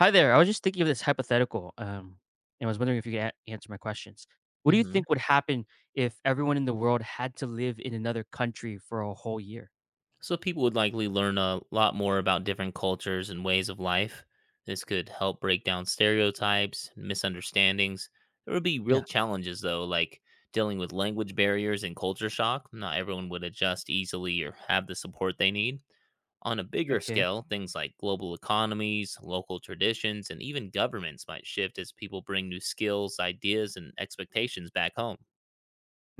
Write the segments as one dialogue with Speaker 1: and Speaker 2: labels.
Speaker 1: Hi there. I was just thinking of this hypothetical, and I was wondering if you could answer my questions. What do you
Speaker 2: Hmm.
Speaker 1: think would happen if everyone in the world had to live in another country for a whole year?
Speaker 2: So people would likely learn a lot more about different cultures and ways of life. This could help break down stereotypes and misunderstandings. There would be real
Speaker 1: Yeah.
Speaker 2: challenges, though, like dealing with language barriers and culture shock. Not everyone would adjust easily or have the support they need. On a bigger
Speaker 1: Okay.
Speaker 2: scale, things like global economies, local traditions, and even governments might shift as people bring new skills, ideas, and expectations back home.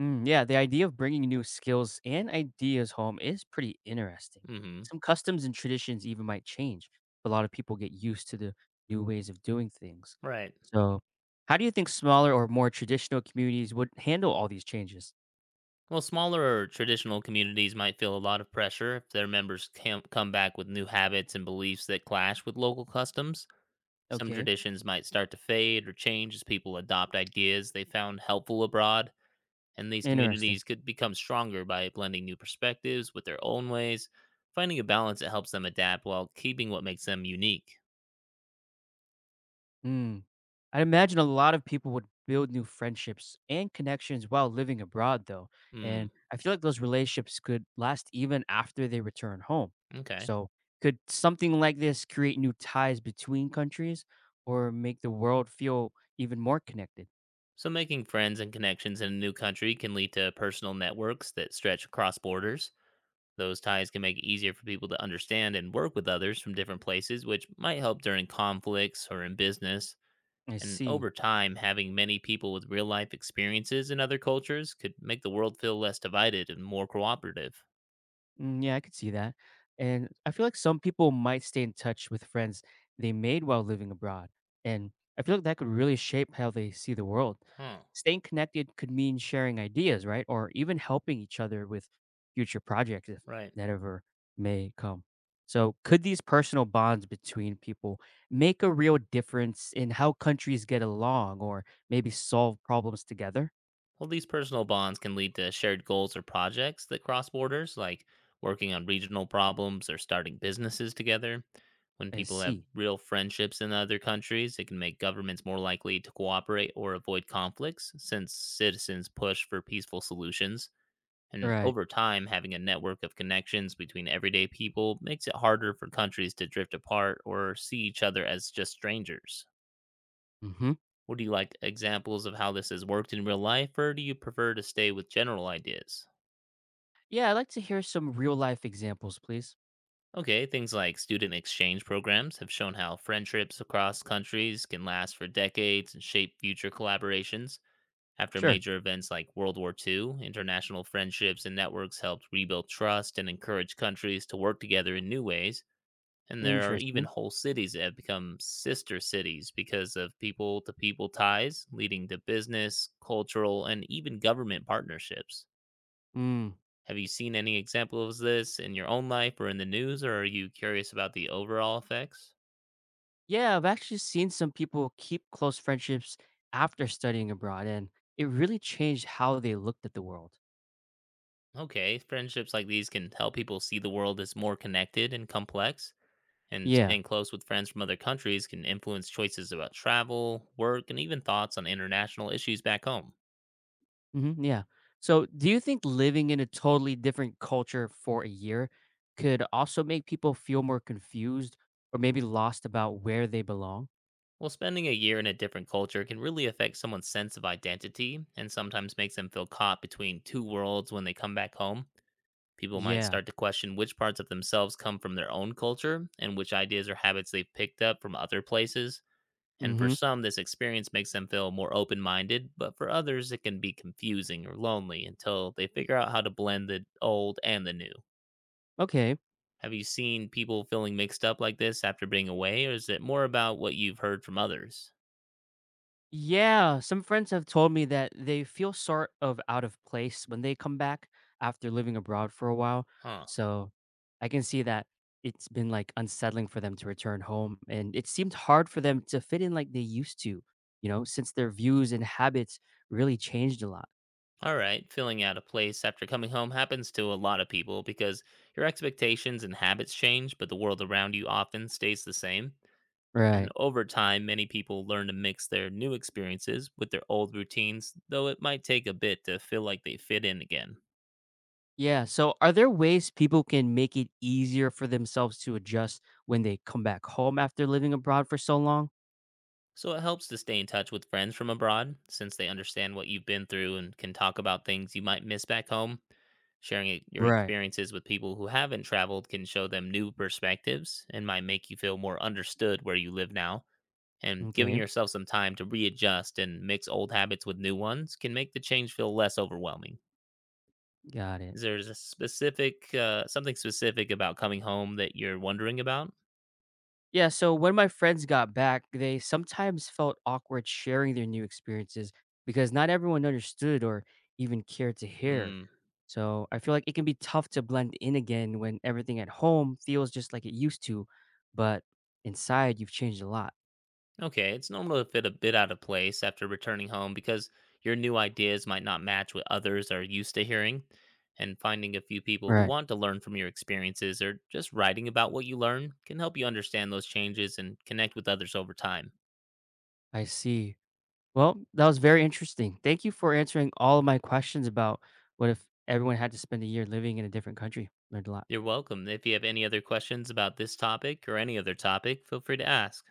Speaker 1: Mm, yeah. The idea of bringing new skills and ideas home is pretty interesting.
Speaker 2: Hmm.
Speaker 1: Some customs and traditions even might change. But a lot of people get used to the new ways of doing things.
Speaker 2: Right.
Speaker 1: So, how do you think smaller or more traditional communities would handle all these changes?
Speaker 2: Well, smaller or traditional communities might feel a lot of pressure if their members can come back with new habits and beliefs that clash with local customs. Some
Speaker 1: Okay.
Speaker 2: traditions might start to fade or change as people adopt ideas they found helpful abroad, and these
Speaker 1: Interesting.
Speaker 2: communities could become stronger by blending new perspectives with their own ways, finding a balance that helps them adapt while keeping what makes them unique.
Speaker 1: Mm. I imagine a lot of people would build new friendships and connections while living abroad, though.
Speaker 2: Hmm,
Speaker 1: And I feel like those relationships could last even after they return home.
Speaker 2: okay.
Speaker 1: So, could something like this create new ties between countries or make the world feel even more connected?
Speaker 2: So, making friends and connections in a new country can lead to personal networks that stretch across borders. Those ties can make it easier for people to understand and work with others from different places, which might help during conflicts or in business.
Speaker 1: I
Speaker 2: And
Speaker 1: see.
Speaker 2: over time, having many people with real life experiences in other cultures could make the world feel less divided and more cooperative.
Speaker 1: Mm, yeah, I could see that. And I feel like some people might stay in touch with friends they made while living abroad. And I feel like that could really shape how they see the world.
Speaker 2: Huh,
Speaker 1: Staying connected could mean sharing ideas, right? Or even helping each other with future projects if
Speaker 2: right.
Speaker 1: that ever may come. So, could these personal bonds between people make a real difference in how countries get along or maybe solve problems together?
Speaker 2: Well, these personal bonds can lead to shared goals or projects that cross borders, like working on regional problems or starting businesses together. When
Speaker 1: I
Speaker 2: people have
Speaker 1: see.
Speaker 2: real friendships in other countries, it can make governments more likely to cooperate or avoid conflicts since citizens push for peaceful solutions. And
Speaker 1: Right.
Speaker 2: over time, having a network of connections between everyday people makes it harder for countries to drift apart or see each other as just strangers.
Speaker 1: Hmm.
Speaker 2: Would you like examples of how this has worked in real life, or do you prefer to stay with general ideas?
Speaker 1: Yeah, I'd like to hear some real life examples, please.
Speaker 2: Okay, things like student exchange programs have shown how friendships across countries can last for decades and shape future collaborations. After
Speaker 1: Sure.
Speaker 2: major events like World War II, international friendships and networks helped rebuild trust and encourage countries to work together in new ways. And there are even
Speaker 1: Interesting.
Speaker 2: whole cities that have become sister cities because of people to people ties, leading to business, cultural, and even government partnerships.
Speaker 1: Mm.
Speaker 2: Have you seen any examples of this in your own life or in the news, or are you curious about the overall effects?
Speaker 1: Yeah, I've actually seen some people keep close friendships after studying abroad, and it really changed how they looked at the world.
Speaker 2: Okay, friendships like these can help people see the world as more connected and complex, and
Speaker 1: Yeah.
Speaker 2: staying close with friends from other countries can influence choices about travel, work, and even thoughts on international issues back home.
Speaker 1: Hmm, yeah. So, do you think living in a totally different culture for a year could also make people feel more confused or maybe lost about where they belong?
Speaker 2: Well, spending a year in a different culture can really affect someone's sense of identity and sometimes makes them feel caught between two worlds when they come back home. People might
Speaker 1: Yeah.
Speaker 2: start to question which parts of themselves come from their own culture and which ideas or habits they've picked up from other places. And for
Speaker 1: Hmm.
Speaker 2: some, this experience makes them feel more open minded, but for others, it can be confusing or lonely until they figure out how to blend the old and the new.
Speaker 1: Okay.
Speaker 2: Have you seen people feeling mixed up like this after being away, or is it more about what you've heard from others?
Speaker 1: Yeah, some friends have told me that they feel sort of out of place when they come back after living abroad for a while.
Speaker 2: Huh.
Speaker 1: So I can see that it's been like unsettling for them to return home. And it seemed hard for them to fit in like they used to, you know, since their views and habits really changed a lot.
Speaker 2: All right, feeling out of place after coming home happens to a lot of people because your expectations and habits change, but the world around you often stays the same. And
Speaker 1: Right.
Speaker 2: over time, many people learn to mix their new experiences with their old routines, though it might take a bit to feel like they fit in again.
Speaker 1: Yeah. So are there ways people can make it easier for themselves to adjust when they come back home after living abroad for so long?
Speaker 2: So it helps to stay in touch with friends from abroad, since they understand what you've been through and can talk about things you might miss back home. Sharing your
Speaker 1: Right.
Speaker 2: experiences with people who haven't traveled can show them new perspectives and might make you feel more understood where you live now. And giving
Speaker 1: Okay.
Speaker 2: yourself some time to readjust and mix old habits with new ones can make the change feel less overwhelming.
Speaker 1: Got it.
Speaker 2: Is there a something specific about coming home that you're wondering about?
Speaker 1: Yeah, so when my friends got back, they sometimes felt awkward sharing their new experiences because not everyone understood or even cared to hear.
Speaker 2: Hmm.
Speaker 1: So I feel like it can be tough to blend in again when everything at home feels just like it used to, but inside you've changed a lot.
Speaker 2: Okay, it's normal to feel a bit out of place after returning home because your new ideas might not match what others are used to hearing. And finding a few people who
Speaker 1: Right.
Speaker 2: want to learn from your experiences or just writing about what you learn can help you understand those changes and connect with others over time.
Speaker 1: I see. Well, that was very interesting. Thank you for answering all of my questions about what if everyone had to spend a year living in a different country. Learned a lot.
Speaker 2: You're welcome. If you have any other questions about this topic or any other topic, feel free to ask.